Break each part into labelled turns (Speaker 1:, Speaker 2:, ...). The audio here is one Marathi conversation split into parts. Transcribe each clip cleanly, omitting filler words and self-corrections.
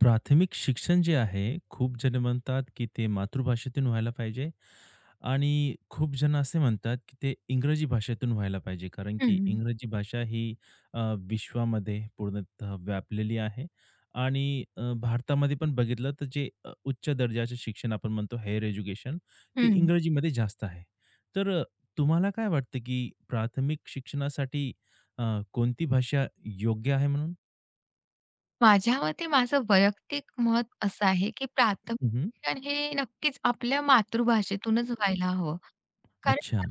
Speaker 1: प्राथमिक शिक्षण जे आहे, खूप जण म्हणतात, की ते मातृभाषेतून व्हायला पाहिजे आणि खूप जण असे म्हणतात, की ते इंग्रजी भाषेतून व्हायला पाहिजे. कारण की
Speaker 2: हं,
Speaker 1: इंग्रजी भाषा ही अ, विश्वामध्ये पूर्णतः व्यापलेली आहे आणि भारतामध्ये पण बघितलं तर जे उच्च दर्जाचे शिक्षण आपण म्हणतो हायर एज्युकेशन ते
Speaker 2: हं.
Speaker 1: इंग्रजीमध्ये जास्त आहे. तर तुम्हाला काय वाटतं, की प्राथमिक शिक्षणासाठी अ, कोणती भाषा योग्य आहे म्हणून?
Speaker 2: माझ्या मते माझं वैयक्तिक मत असं आहे, की प्राथमिक
Speaker 1: हं,
Speaker 2: शिक्षण हे नक्कीच आपल्या मातृभाषेतूनच व्हायला हवं. कारण
Speaker 1: अच्छा.
Speaker 2: ना,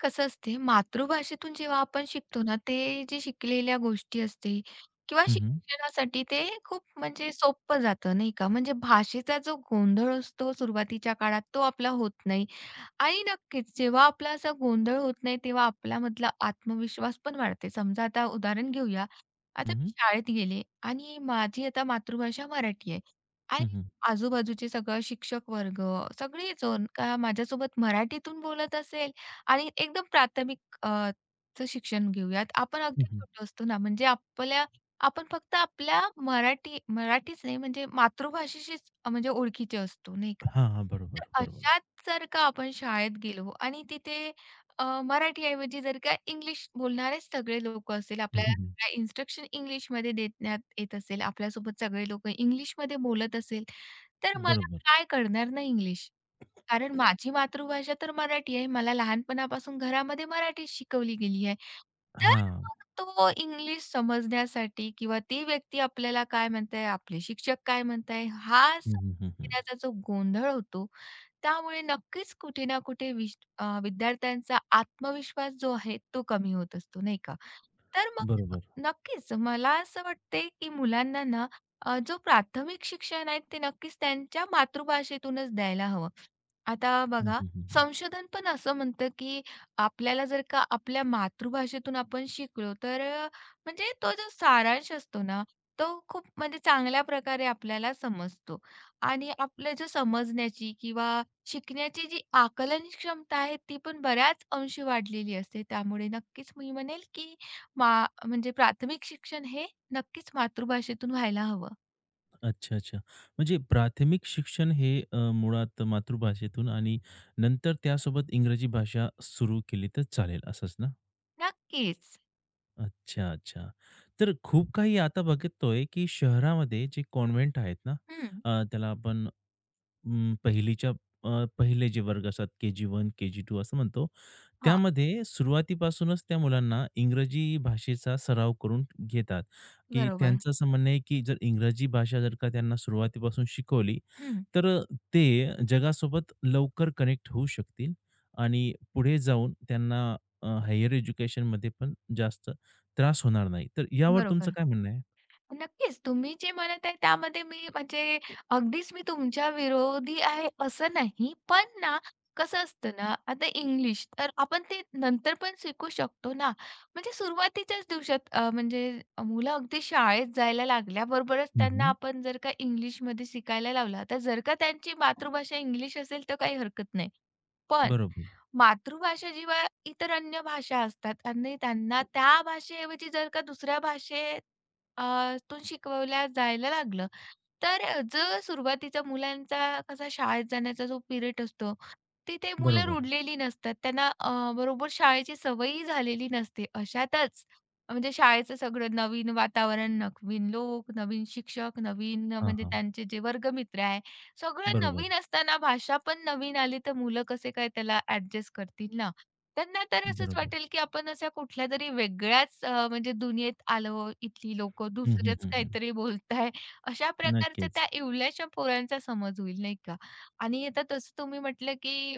Speaker 2: कसं असते मातृभाषेतून जेव्हा आपण शिकतो ना, ते जे शिकलेल्या गोष्टी असते किंवा
Speaker 1: हं, हं.
Speaker 2: शिक्षणासाठी ते खूप म्हणजे सोपं जातं नाही का. म्हणजे भाषेचा जो गोंधळ असतो सुरुवातीच्या काळात तो आपला होत नाही. आणि नक्कीच जेव्हा आपला असा गोंधळ होत नाही, तेव्हा आपल्यामधला आत्मविश्वास पण वाढते. समजा आता उदाहरण घेऊया. आता मी शाळेत गेले आणि माझी आता मातृभाषा मराठी आहे आणि
Speaker 1: हं, हं.
Speaker 2: आजूबाजूचे सगळं शिक्षक वर्ग, सगळेजण का माझ्यासोबत मराठीतून बोलत असेल आणि एकदम प्राथमिक चं शिक्षण घेऊयात. आपण
Speaker 1: हं,
Speaker 2: अगदी
Speaker 1: हं.
Speaker 2: छोटो असतो ना, म्हणजे आपल्या आपण फक्त आपल्या मराठीच नाही म्हणजे मातृभाषेशीच म्हणजे ओळखीचे असतो, नाही का?
Speaker 1: हां, हां.
Speaker 2: तर
Speaker 1: बरोबर, बरोबर.
Speaker 2: अशात जर का आपण शाळेत गेलो आणि तिथे मराठी ऐवजी जर का इंग्लिश बोलणारे सगळे लोकं असेल,
Speaker 1: हं, हं,
Speaker 2: आपल्याला
Speaker 1: हं.
Speaker 2: सगळ्या इन्स्ट्रक्शन इंग्लिशमध्ये देण्यात येत असेल, आपल्यासोबत सगळे लोकं इंग्लिशमध्ये बोलत असेल, तर मला
Speaker 1: बरोबर.
Speaker 2: काय कळणार ना इंग्लिश? कारण माझी मातृभाषा तर मराठी आहे. मला लहानपणापासून घरामध्ये मराठी शिकवली गेली आहे. तर
Speaker 1: हां.
Speaker 2: मग तो इंग्लिश समजण्यासाठी किंवा ती व्यक्ती आपल्याला काय म्हणत आपले शिक्षक काय म्हणत हा
Speaker 1: हं,
Speaker 2: समजून
Speaker 1: हं, हं, हं.
Speaker 2: जो गोंधळ होतो, त्यामुळे नक्कीच कुठे ना कुठे विद्यार्थ्यांचा आत्मविश्वास जो आहे तो कमी होत असतो, नाही का? तर मग
Speaker 1: बरोबर.
Speaker 2: नक्कीच मला असं वाटते, की मुलांना ना जो प्राथमिक शिक्षण आहे ते नक्कीच त्यांच्या मातृभाषेतूनच द्यायला हवं. आता
Speaker 1: हं,
Speaker 2: बघा,
Speaker 1: हं, हं, हं.
Speaker 2: संशोधन पण असं म्हणतं, की आपल्याला जर का आपल्या मातृभाषेतून आपण शिकलो, तर म्हणजे तो जो सारांश असतो ना, तो खूप म्हणजे चांगल्या प्रकारे आपल्याला समजतो आणि आपलं जे समजण्याची किंवा शिकण्याची जी आकलन क्षमता आहे, ती पण बऱ्याच अंशी वाढलेली असते. त्यामुळे नक्कीच मी म्हणेल, की मा म्हणजे प्राथमिक शिक्षण हे नक्कीच मातृभाषेतून व्हायला हवं.
Speaker 1: अच्छा, अच्छा. म्हणजे प्राथमिक शिक्षण हे मुळात मातृभाषेतून आणि नंतर त्यासोबत इंग्रजी भाषा सुरू केली तर चालेल असंच ना?
Speaker 2: नक्कीच.
Speaker 1: अच्छा, अच्छा. तर खूप काही आता बघतोय, की शहरामध्ये जे कॉन्व्हेंट आहेत ना,
Speaker 2: हं.
Speaker 1: त्याला आपण अं, पहिलीच्या पहिले जे वर्ग असतात के-जी-1, के-जी-2 असं म्हणतो.
Speaker 2: हां.
Speaker 1: त्यामध्ये सुरुवातीपासूनच त्या मुलांना इंग्रजी भाषेचा सराव करून घेतात, की
Speaker 2: बरोबर.
Speaker 1: त्यांचं असं म्हणणं आहे, की जर इंग्रजी भाषा जर का त्यांना सुरुवातीपासून शिकवली,
Speaker 2: हं.
Speaker 1: तर ते जगासोबत लवकर कनेक्ट होऊ शकतील आणि पुढे जाऊन त्यांना हायर एज्युकेशनमध्ये पण जास्त त्रास होणार नाही. तर यावर तुमचं
Speaker 2: बरोबर.
Speaker 1: काय म्हणणं आहे?
Speaker 2: नक्कीच. तुम्ही जे म्हणत आहे त्यामध्ये मी म्हणजे अगदीच मी तुमच्या विरोधी आहे असं नाही. पण ना कसं असतं ना, आता इंग्लिश तर आपण ते नंतर पण शिकू शकतो ना. म्हणजे सुरुवातीच्याच दिवसात म्हणजे मुलं अगदी शाळेत जायला लागल्याबरोबरच
Speaker 1: हं,
Speaker 2: त्यांना
Speaker 1: हं.
Speaker 2: आपण जर का इंग्लिशमध्ये शिकायला लावलं, तर जर का त्यांची मातृभाषा इंग्लिश असेल तर काही हरकत नाही. पण
Speaker 1: बरोबर,
Speaker 2: मातृभाषा जेव्हा इतर अन्य भाषा असतात आणि त्यांना त्या भाषेऐवजी जर का दुसऱ्या भाषेत तो शिकवल्या जायला लागलं. तर जो सुरुवातीचा मुलांचा कसा शाळेत जाण्याचा जो पिरियड असतो, तिथे मुलं
Speaker 1: बरोबर.
Speaker 2: रुळलेली नसतात. त्यांना बरोबर शाळेची सवयही झालेली नसते. अशातच म्हणजे शाळेचं सगळं नवीन वातावरण, नवीन लोक, नवीन शिक्षक, नवीन
Speaker 1: हां,
Speaker 2: म्हणजे
Speaker 1: हां.
Speaker 2: त्यांचे जे वर्गमित्र आहे, सगळं
Speaker 1: बरोबर,
Speaker 2: नवीन असताना भाषा पण नवीन आली, तर मुलं कसे काय त्याला ॲडजस्ट करतील ना? त्यांना तर असंच
Speaker 1: बरोबर.
Speaker 2: वाटेल, की आपण अशा कुठल्यातरी वेगळ्याच म्हणजे दुनियेत आलो, इथली लोकं
Speaker 1: हं, हं,
Speaker 2: दुसरंच
Speaker 1: हं, हं.
Speaker 2: काहीतरी बोलताय. अशा प्रकारच्या
Speaker 1: नक्कीच.
Speaker 2: त्या इवल्याशा पोरांचा समज होईल, नाही का? आणि आता तसं तुम्ही म्हटलं, की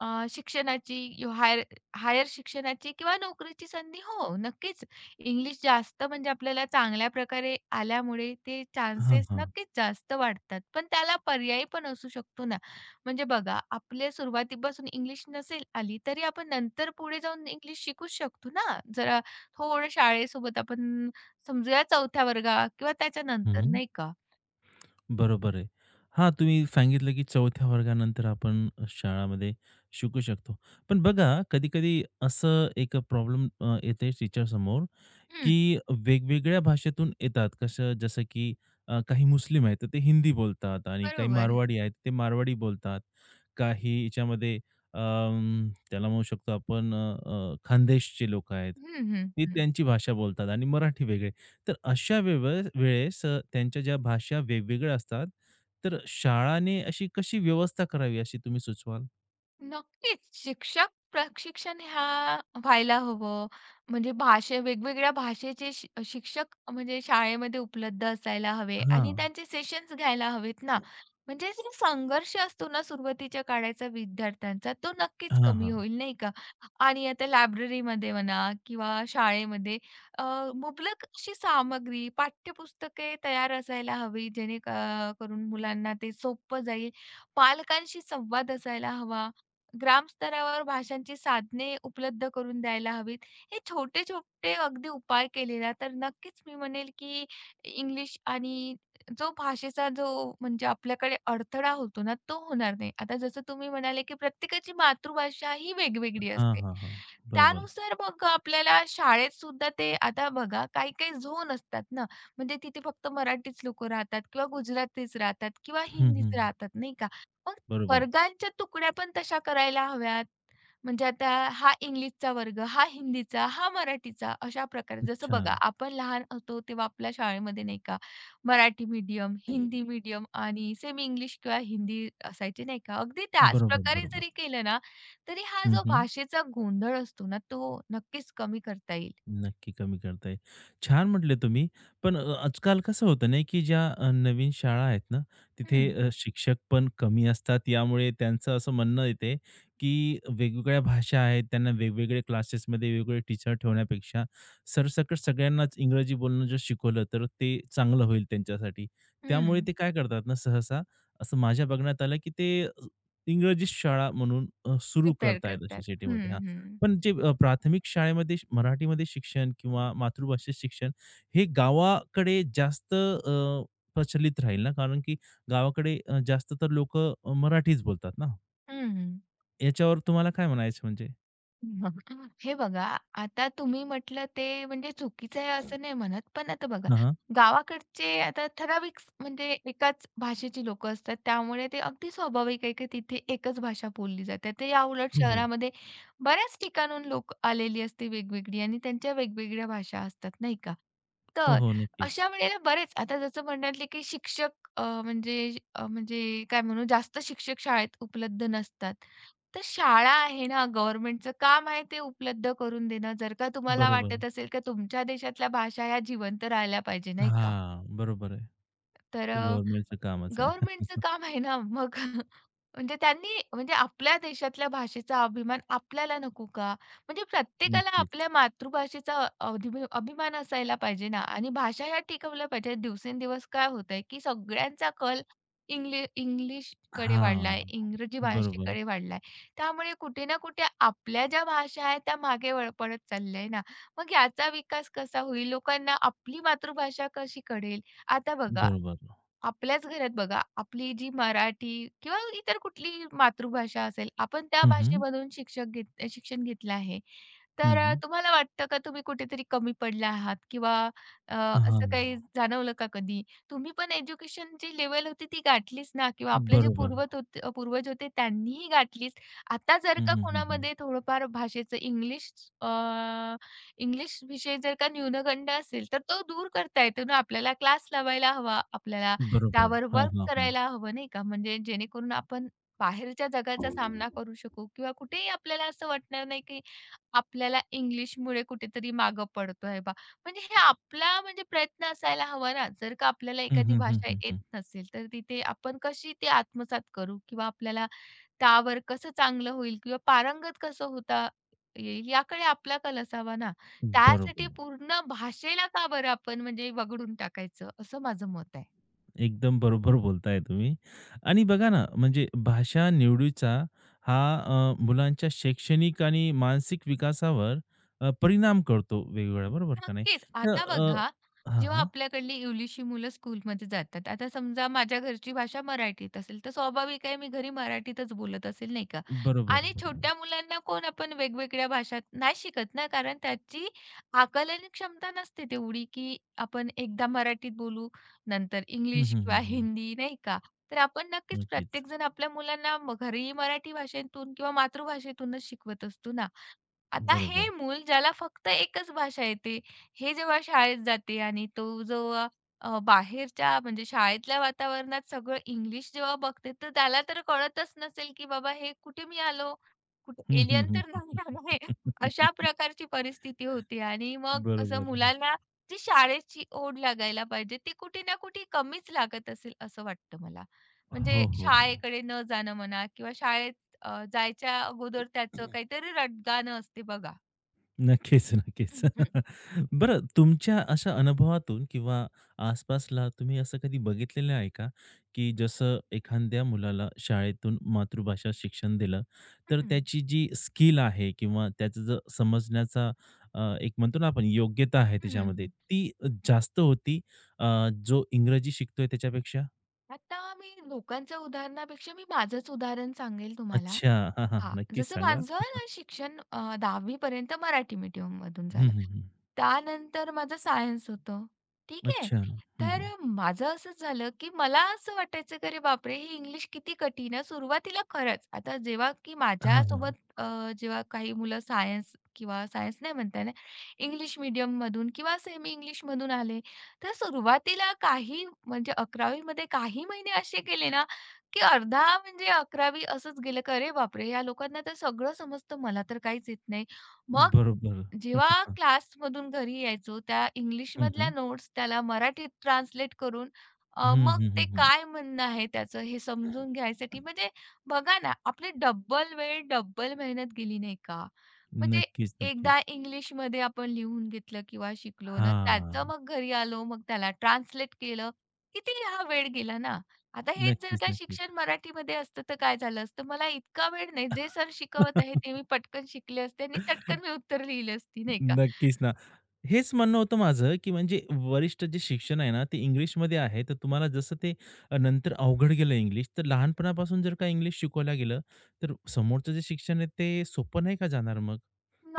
Speaker 2: अ, शिक्षणाची यो- हायर हायर शिक्षणाची किंवा नोकरीची संधी हो, नक्कीच. इंग्लिश जास्त म्हणजे आपल्याला चांगल्या प्रकारे आल्यामुळे ते
Speaker 1: हां,
Speaker 2: चान्सेस
Speaker 1: हां.
Speaker 2: नक्कीच जास्त वाढतात. पण त्याला पर्यायी पण असू शकतो ना. म्हणजे बघा, आपल्या सुरुवातीपासून इंग्लिश नसेल आली, तरी आपण नंतर पुढे जाऊन इंग्लिश शिकूच शकतो ना. जरा थोडं शाळेसोबत आपण समजूया 4थ्या वर्गात किंवा त्याच्यानंतर
Speaker 1: हं.
Speaker 2: नाही का?
Speaker 1: बरोबर आहे. हां, तुम्ही सांगितलं की 4थ्या वर्गानंतर आपण शाळामध्ये शिकू शकतो. पण बघा, कधी-कधी असं एक प्रॉब्लेम येते टीचर समोर
Speaker 2: हं,
Speaker 1: की वेगवेगळ्या भाषेतून येतात. कसं जसं की काही मुस्लिम आहेत, तर ते हिंदी बोलतात आणि काही
Speaker 2: बरोबर.
Speaker 1: मारवाडी आहेत, ते मारवाडी बोलतात. काही याच्यामध्ये त्याला म्हणू शकतो आपण अ, अ, खानदेशचे लोक आहेत.
Speaker 2: हं, हं,
Speaker 1: ती
Speaker 2: हं.
Speaker 1: त्यांची भाषा बोलतात आणि मराठी वेगळे. तर अशा वेळेस त्यांच्या ज्या भाषा वेगवेगळ्या असतात, तर शाळाने अशी कशी व्यवस्था करावी अशी तुम्ही सुचवाल?
Speaker 2: नक्कीच. शिक्षक प्रशिक्षण ह्या व्हायला हवं. म्हणजे भाषे वेगवेगळ्या भाषेचे शिक्षक म्हणजे शाळेमध्ये उपलब्ध असायला हवे आणि
Speaker 1: हां.
Speaker 2: त्यांचे सेशन्स घ्यायला हवेत ना. म्हणजे जो संघर्ष असतो ना सुरुवातीच्या काळाचा विद्यार्थ्यांचा, तो नक्कीच
Speaker 1: हां,
Speaker 2: कमी
Speaker 1: हां.
Speaker 2: होईल, नाही का? आणि आता लायब्ररीमध्ये म्हणा किंवा शाळेमध्ये अ, मुबलक अशी सामग्री, पाठ्यपुस्तके तयार असायला हवी, जेणे करून मुलांना ते सोपं जाईल. पालकांशी संवाद असायला हवा ग्रामस्तरावर भाषांची साधने उपलब्ध करून द्यायला हवीत. हे छोटे-छोटे अगदी उपाय केले ना, तर नक्कीच मी म्हणेल, की इंग्लिश आणि जो भाषेचा जो म्हणजे आपल्याकडे अडथळा होतो ना, तो होणार नाही. आता जसं तुम्ही म्हणाले, की प्रत्येकाची मातृभाषा ही वेगवेगळी
Speaker 1: हां,
Speaker 2: असते.
Speaker 1: हां, हां. बरोबर.
Speaker 2: त्यानुसार मग आपल्याला शाळेत सुद्धा ते आता बघा काही-काही झोन असतात ना, म्हणजे तिथे फक्त मराठीच लोकं राहतात किंवा गुजरातीच राहतात किंवा
Speaker 1: हं,
Speaker 2: हिंदीच
Speaker 1: हं.
Speaker 2: राहतात, नाही का? मग
Speaker 1: बरोबर.
Speaker 2: वर्गांच्या तुकड्या पण तशा करायला हव्यात. म्हणजे आता हा इंग्लिशचा वर्ग, हा हिंदीचा, हा मराठीचा अशा प्रकारे. जसं
Speaker 1: अच्छा.
Speaker 2: बघा आपण लहान होतो तेव्हा आपल्या शाळेमध्ये नाही का मराठी मीडियम, हिंदी मीडियम आणि सेमी इंग्लिश किंवा हिंदी असायची नाही का. अगदी त्याच
Speaker 1: बरोबर,
Speaker 2: प्रकारे जरी
Speaker 1: बरोबर.
Speaker 2: केलं ना, तरी हा
Speaker 1: हं,
Speaker 2: जो
Speaker 1: हं.
Speaker 2: भाषेचा गोंधळ असतो ना, तो नक्कीच कमी करता येईल.
Speaker 1: नक्की कमी करताय. छान म्हटले तुम्ही. पण आजकाल कसं होतं नाही, की ज्या नवीन शाळा आहेत ना, तिथे
Speaker 2: हं,
Speaker 1: शिक्षक पण कमी असतात. यामुळे त्यांचं असं म्हणणं येते, की वेगवेगळ्या भाषा आहेत. त्यांना वेगवेगळे क्लासेसमध्ये वेगवेगळे टीचर ठेवण्यापेक्षा सरसकट सगळ्यांनाच इंग्रजी बोलणं जर शिकवलं, तर ते चांगलं होईल त्यांच्यासाठी. त्यामुळे
Speaker 2: हं.
Speaker 1: ते काय करतात ना, सहसा असं माझ्या बघण्यात आलं, की ते इंग्रजी शाळा म्हणून सुरू
Speaker 2: प्रिपेअर
Speaker 1: करतायत अशी
Speaker 2: करतात. हं,
Speaker 1: सिटीमध्ये.
Speaker 2: हं.
Speaker 1: पण जे प्राथमिक शाळेमध्ये मराठीमध्ये शिक्षण किंवा मातृभाषेत शिक्षण हे गावाकडे जास्त प्रचलित राहील ना, कारण की गावाकडे जास्त तर लोकं मराठीच बोलतात ना.
Speaker 2: हं.
Speaker 1: याच्यावर तुम्हाला काय म्हणायचं म्हणजे?
Speaker 2: हे बघा, आता तुम्ही म्हटलं ते म्हणजे चुकीचं आहे असं नाही म्हणत. पण आता बघा,
Speaker 1: हां, हां.
Speaker 2: गावाकडचे आता ठराविक म्हणजे एकाच भाषेची लोकं असतात. त्यामुळे ते अगदी स्वाभाविक आहे की तिथे एकच भाषा बोलली जाते. तर याउलट
Speaker 1: हो, हो.
Speaker 2: शहरामध्ये बऱ्याच ठिकाणाहून लोकं आलेली असते वेगवेगळी आणि त्यांच्या वेगवेगळ्या भाषा असतात, नाही का?
Speaker 1: हो,
Speaker 2: तर
Speaker 1: हो. नक्कीच.
Speaker 2: अशा वेळेला बरेच आता जसं म्हणाले, की शिक्षक म्हणजे म्हणजे काय म्हणू जास्त शिक्षक शाळेत उपलब्ध नसतात. तर शाळा आहे ना गव्हर्नमेंटचं काम आहे ते उपलब्ध करून देणं. जर का तुम्हाला
Speaker 1: बरोबर.
Speaker 2: वाटत असेल, की तुमच्या देशातल्या भाषा ह्या जिवंत राहिल्या पाहिजे नाही का?
Speaker 1: हां, बरोबर आहे.
Speaker 2: तर
Speaker 1: ते गव्हर्नमेंटचं कामच आहे.
Speaker 2: गव्हर्नमेंटचं काम आहे ना मग म्हणजे त्यांनी म्हणजे आपल्या देशातल्या भाषेचा अभिमान आपल्याला नको का? म्हणजे प्रत्येकाला
Speaker 1: नक्कीच.
Speaker 2: आपल्या मातृभाषेचा अभिमान असायला पाहिजे ना आणि भाषा ह्या टिकवल्या पाहिजेत. दिवसेंदिवस काय होतंय, की सगळ्यांचा कल इंग्लिशकडे वाढलाय,
Speaker 1: हां.
Speaker 2: इंग्रजी
Speaker 1: बरोबर.
Speaker 2: भाषेकडे वाढलाय. त्यामुळे कुठे ना कुठे आपल्या ज्या भाषा आहेत त्या मागे पडत चालल्या ना. मग याचा विकास कसा होईल? लोकांना आपली मातृभाषा कशी कळेल? आता बघा
Speaker 1: बरोबर.
Speaker 2: आपल्याच घरात बघा, आपली जी मराठी किंवा इतर कुठलीही मातृभाषा असेल, आपण त्या
Speaker 1: हं, हं.
Speaker 2: भाषेमधून शिक्षक घेत शिक्षण घेतलं आहे.
Speaker 1: हं,
Speaker 2: तर
Speaker 1: हं.
Speaker 2: तुम्हाला वाटतं का तुम्ही कुठेतरी कमी पडला आहात किंवा अ,
Speaker 1: हां.
Speaker 2: असं काही जाणवलं का कधी? तुम्ही पण एज्युकेशनची लेवल होती ती गाठलीच ना किंवा आपले जे
Speaker 1: बरोबर.
Speaker 2: पूर्वज होते त्यांनीही गाठलीच. आता जर
Speaker 1: हं,
Speaker 2: का
Speaker 1: हं, हं, हं.
Speaker 2: कोणामध्ये थोडंफार भाषेचं इंग्लिश अ, इंग्लिश विषय जर का न्यूनगंड असेल, तर तो दूर करता येतो ना आपल्याला क्लास लावायला हवा, आपल्याला
Speaker 1: बरोबर.
Speaker 2: त्यावर
Speaker 1: हां,
Speaker 2: वर्क
Speaker 1: हां, हां.
Speaker 2: करायला हवं नाही का? म्हणजे जेणेकरून आपण बाहेरच्या जगाचा सामना करू शकू किंवा कुठेही आपल्याला असं वाटणार नाही की आपल्याला इंग्लिशमुळे कुठेतरी मागं पडतोय बा. म्हणजे हे आपला म्हणजे प्रयत्न असायला हवा ना. जर का आपल्याला
Speaker 1: हं,
Speaker 2: एखादी
Speaker 1: हं,
Speaker 2: भाषा
Speaker 1: हं,
Speaker 2: येत
Speaker 1: हं.
Speaker 2: नसेल, तर तिथे आपण कशी ती आत्मसात करू किंवा आपल्याला त्यावर कसं चांगलं होईल किंवा पारंगत कसं होता येईल याकडे आपला कल असावा ना. त्यासाठी
Speaker 1: बरोबर.
Speaker 2: पूर्ण भाषेला का बरं आपण म्हणजे वगळून टाकायचं असं माझं मत आहे.
Speaker 1: एकदम बरोबर बोलताय तुम्ही आणि बघा ना, म्हणजे भाषा निवडीचा हा मुलांच्या शैक्षणिक आणि मानसिक विकासावर परिणाम करतो वेगवेगळ्या, बरोबर का नाही?
Speaker 2: नक्कीच.
Speaker 1: तर
Speaker 2: आता बघा,
Speaker 1: हां,
Speaker 2: जेव्हा
Speaker 1: हां.
Speaker 2: आपल्याकडली इंग्लिशची मुलं स्कूलमध्ये जातात. आता समजा माझ्या घरची भाषा मराठीत असेल, तर स्वाभाविक आहे मी घरी मराठीतच बोलत असेल, नाही का?
Speaker 1: बरोबर,
Speaker 2: आणि
Speaker 1: बरोबर.
Speaker 2: छोट्या मुलांना कोण आपण वेगवेगळ्या भाषा नाही शिकत ना, कारण त्याची आकलन क्षमता नसते तेवढी, की आपण एकदा मराठीत बोलू, नंतर
Speaker 1: हं,
Speaker 2: इंग्लिश
Speaker 1: हं, हं,
Speaker 2: किंवा
Speaker 1: हं.
Speaker 2: हिंदी, नाही का? तर आपण नक्कीच
Speaker 1: नक्कीच.
Speaker 2: प्रत्येकजण आपल्या मुलांना घरी मराठी भाषेतून किंवा मातृभाषेतूनच शिकवत असतो ना. आता हे
Speaker 1: बरोबर.
Speaker 2: मूल ज्याला फक्त एकच भाषा येते, हे जेव्हा शाळेत जाते आणि तो जो बाहेरच्या म्हणजे शाळेतल्या वातावरणात सगळं इंग्लिश जेव्हा बघते, तर त्याला तर कळतच नसेल, की बाबा हे कुठे मी आलो? कुठे
Speaker 1: हं, हं,
Speaker 2: एलियन तर
Speaker 1: हं.
Speaker 2: नाही आहे. अशा प्रकारची परिस्थिती होती आणि मग कसं
Speaker 1: बरोबर.
Speaker 2: मुलांना जी शाळेची ओढ लागायला पाहिजे, ती कुठे ना कुठे कमीच लागत असेल असं वाटतं मला. म्हणजे
Speaker 1: हो, हो, हो.
Speaker 2: शाळेकडे न जाणं म्हणा किंवा शाळेत जायच्या अगोदर त्याचं काहीतरी रटगाणं असते बघा.
Speaker 1: नक्कीच, नक्कीच.
Speaker 2: हं, हं.
Speaker 1: बरं तुमच्या अशा अनुभवातून किंवा आसपासला तुम्ही असं कधी बघितलेलं आहे का, की जसं एखाद्या मुलाला शाळेतून मातृभाषा शिक्षण दिलं, तर त्याची जी स्किल आहे किंवा त्याचं जो समजण्याचा एक म्हणतो ना आपण योग्यता आहे
Speaker 2: हं,
Speaker 1: त्याच्यामध्ये,
Speaker 2: हं,
Speaker 1: ती जास्त होती अ, जो इंग्रजी शिकतोय त्याच्यापेक्षा?
Speaker 2: आता मी लोकांच्या उदाहरणापेक्षा मी माझंच उदाहरण सांगेल तुम्हाला.
Speaker 1: अच्छा. हां, हां.
Speaker 2: हां,
Speaker 1: नक्कीच
Speaker 2: जसं
Speaker 1: सांगा.
Speaker 2: माझं ना शिक्षण 10वी पर्यंत मराठी मीडियममधून
Speaker 1: हं,
Speaker 2: झालं.
Speaker 1: हं, हं.
Speaker 2: त्यानंतर माझं सायन्स होतं. ठीक आहे.
Speaker 1: अच्छा. हं,
Speaker 2: तर
Speaker 1: हं.
Speaker 2: माझं असंच झालं, की मला असं वाटायचं की अरे बापरे! ही इंग्लिश किती कठीण आहे. सुरुवातीला खरंच आता जेव्हा की
Speaker 1: हां, हां.
Speaker 2: माझ्यासोबत जेव्हा काही मुलं सायन्स किंवा सायन्स नाही म्हणता येणार, इंग्लिश मीडियममधून किंवा सेमी इंग्लिशमधून आले, तर सुरुवातीला काही म्हणजे 11वी मध्ये काही महिने असे गेले ना, की अर्धा म्हणजे 11वी असंच गेलं की "अरे बापरे! या लोकांना तर सगळं समजतं, मला तर काहीच येत नाही." मग
Speaker 1: बरोबर.
Speaker 2: जेव्हा क्लासमधून घरी यायचो, त्या
Speaker 1: हं,
Speaker 2: इंग्लिशमधल्या
Speaker 1: हं.
Speaker 2: नोट्स त्याला मराठीत ट्रान्सलेट करून
Speaker 1: हं,
Speaker 2: मग
Speaker 1: हं,
Speaker 2: ते
Speaker 1: हं, हं.
Speaker 2: काय म्हणणं आहे त्याचं हे समजून घ्यायसाठी म्हणजे बघा ना, आपली डब्बल वेळ, डब्बल मेहनत गेली नाही का? म्हणजे
Speaker 1: नक्कीच, नक्कीच.
Speaker 2: एकदा इंग्लिशमध्ये आपण लिहून घेतलं किंवा शिकलो ना,
Speaker 1: हां.
Speaker 2: त्याचं मग घरी आलो, मग त्याला ट्रान्सलेट केलं, किती हा वेळ गेला ना. आता हेच जर
Speaker 1: नक्कीच,
Speaker 2: का
Speaker 1: नक्कीच.
Speaker 2: शिक्षण मराठीमध्ये असतं तर काय झालं असतं? मला इतका वेळ नाही, जे सर शिकवत आहेत ते मी पटकन शिकले असते आणि चटकन मी उत्तर लिहिली असती, नाही का?
Speaker 1: नक्कीच ना. हेच म्हणणं होतं माझं, की म्हणजे वरिष्ठ जे शिक्षण आहे ना, ते इंग्लिशमध्ये आहे. तर तुम्हाला जसं ते नंतर अवघड गेलं इंग्लिश, तर लहानपणापासून जर का इंग्लिश शिकवलं गेलं, तर समोरचं जे शिक्षण आहे ते सोपं नाही का जाणार मग?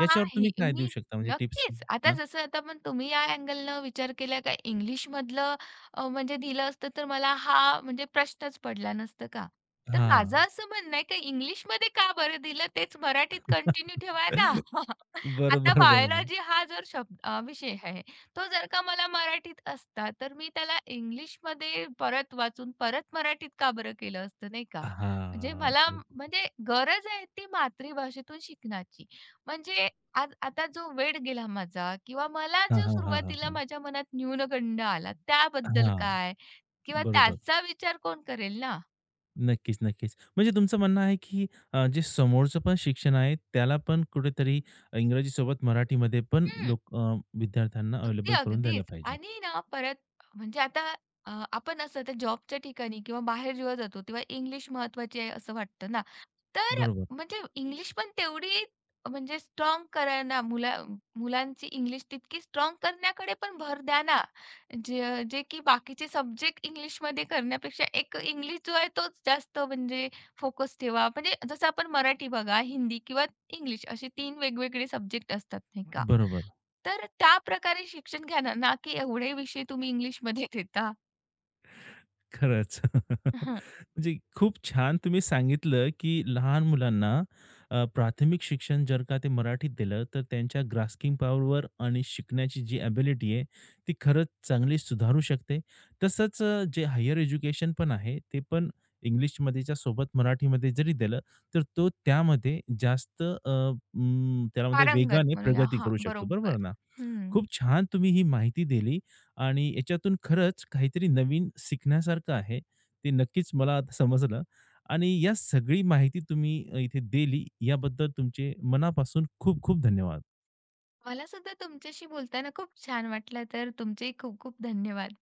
Speaker 1: याच्यावर तुम्ही काय देऊ
Speaker 2: मी
Speaker 1: शकता म्हणजे टिप्स?
Speaker 2: नक्कीच. आता
Speaker 1: हां.
Speaker 2: जसं आता पण तुम्ही या अँगलनं विचार केला का इंग्लिशमधलं म्हणजे दिलं असतं तर मला हा म्हणजे प्रश्नच पडला नसता का? तर माझं
Speaker 1: हां.
Speaker 2: असं म्हणणं आहे की इंग्लिशमध्ये का बरं दिलं तेच मराठीत कंटिन्यू ठेवा ना. आता
Speaker 1: बरोबर, बरोबर.
Speaker 2: बायोलॉजी हा जर शब्द विषय आहे, तो जर का मला मराठीत असता तर मी त्याला इंग्लिशमध्ये परत वाचून परत मराठीत का बरं केलं असतं नाही का? म्हणजे
Speaker 1: हां.
Speaker 2: मला
Speaker 1: बरोबर.
Speaker 2: म्हणजे गरज आहे ती मातृभाषेतून शिकण्याची. म्हणजे आज आता जो वेळ गेला माझा किंवा मला
Speaker 1: हां,
Speaker 2: जो
Speaker 1: हां, हां, हां,
Speaker 2: सुरुवातीला
Speaker 1: हां.
Speaker 2: माझ्या मनात न्यूनगंड आला त्याबद्दल
Speaker 1: हां.
Speaker 2: काय? किंवा
Speaker 1: बरोबर.
Speaker 2: त्याचा विचार कोण करेल ना?
Speaker 1: नक्कीच, नक्कीच. म्हणजे तुमचं म्हणणं आहे, की जे समोरचं पण शिक्षण आहे, त्याला पण कुठेतरी इंग्रजीसोबत मराठीमध्ये पण
Speaker 2: हम्म
Speaker 1: लोक विद्यार्थ्यांना
Speaker 2: अगदी,
Speaker 1: अवेलेबल करून द्यायला
Speaker 2: अगदीच.
Speaker 1: पाहिजे.
Speaker 2: आणि ना परत म्हणजे आता आपण असं आता जॉबच्या ठिकाणी किंवा बाहेर जेव्हा जातो तेव्हा इंग्लिश महत्त्वाची आहे असं वाटतं ना. तर
Speaker 1: बरोबर,
Speaker 2: म्हणजे इंग्लिश पण तेवढी म्हणजे स्ट्रॉंग करा ना मुलांची इंग्लिश तितकी स्ट्राँग करण्याकडे पण भर द्या ना. जे जे की बाकीचे सब्जेक्ट इंग्लिशमध्ये करण्यापेक्षा एक इंग्लिश जो आहे तोच जास्त म्हणजे फोकस ठेवा. म्हणजे जसं आपण मराठी बघा, हिंदी किंवा इंग्लिश असे 3 वेगवेगळे सब्जेक्ट असतात नाही का?
Speaker 1: बरोबर.
Speaker 2: तर त्याप्रकारे शिक्षण घ्या ना, ना की एवढे विषय तुम्ही इंग्लिशमध्ये घेता.
Speaker 1: खरंच.
Speaker 2: हां.
Speaker 1: म्हणजे खूप छान तुम्ही सांगितलं, की लहान मुलांना प्राथमिक शिक्षण जर का ते मराठीत दिलं, तर त्यांच्या ग्रास्पिंग पॉवरवर आणि शिकण्याची जी एबिलिटी आहे, ती खरंच चांगली सुधारू शकते. तसंच जे हायर एज्युकेशन पण आहे, ते पण इंग्लिशमध्येच्या सोबत मराठीमध्ये जरी दिलं, तर तो त्यामध्ये जास्त त्यामध्ये
Speaker 2: पारंगत
Speaker 1: वेगाने
Speaker 2: म्हणूया.
Speaker 1: प्रगती
Speaker 2: हां,
Speaker 1: करू शकतो.
Speaker 2: बरोबर.
Speaker 1: बरोबर ना?
Speaker 2: हं.
Speaker 1: खूप छान तुम्ही ही माहिती दिली आणि याच्यातून खरंच काहीतरी नवीन शिकण्यासारखं आहे. ते नक्कीच मला आता समजलं आणि या सगळी माहिती तुम्ही इथे दिली याबद्दल तुमचे मनापासून खूप खूप धन्यवाद.
Speaker 2: मला सुद्धा तुमच्याशी बोलताना खूप छान वाटलं. तर तुमचेही खूप खूप धन्यवाद.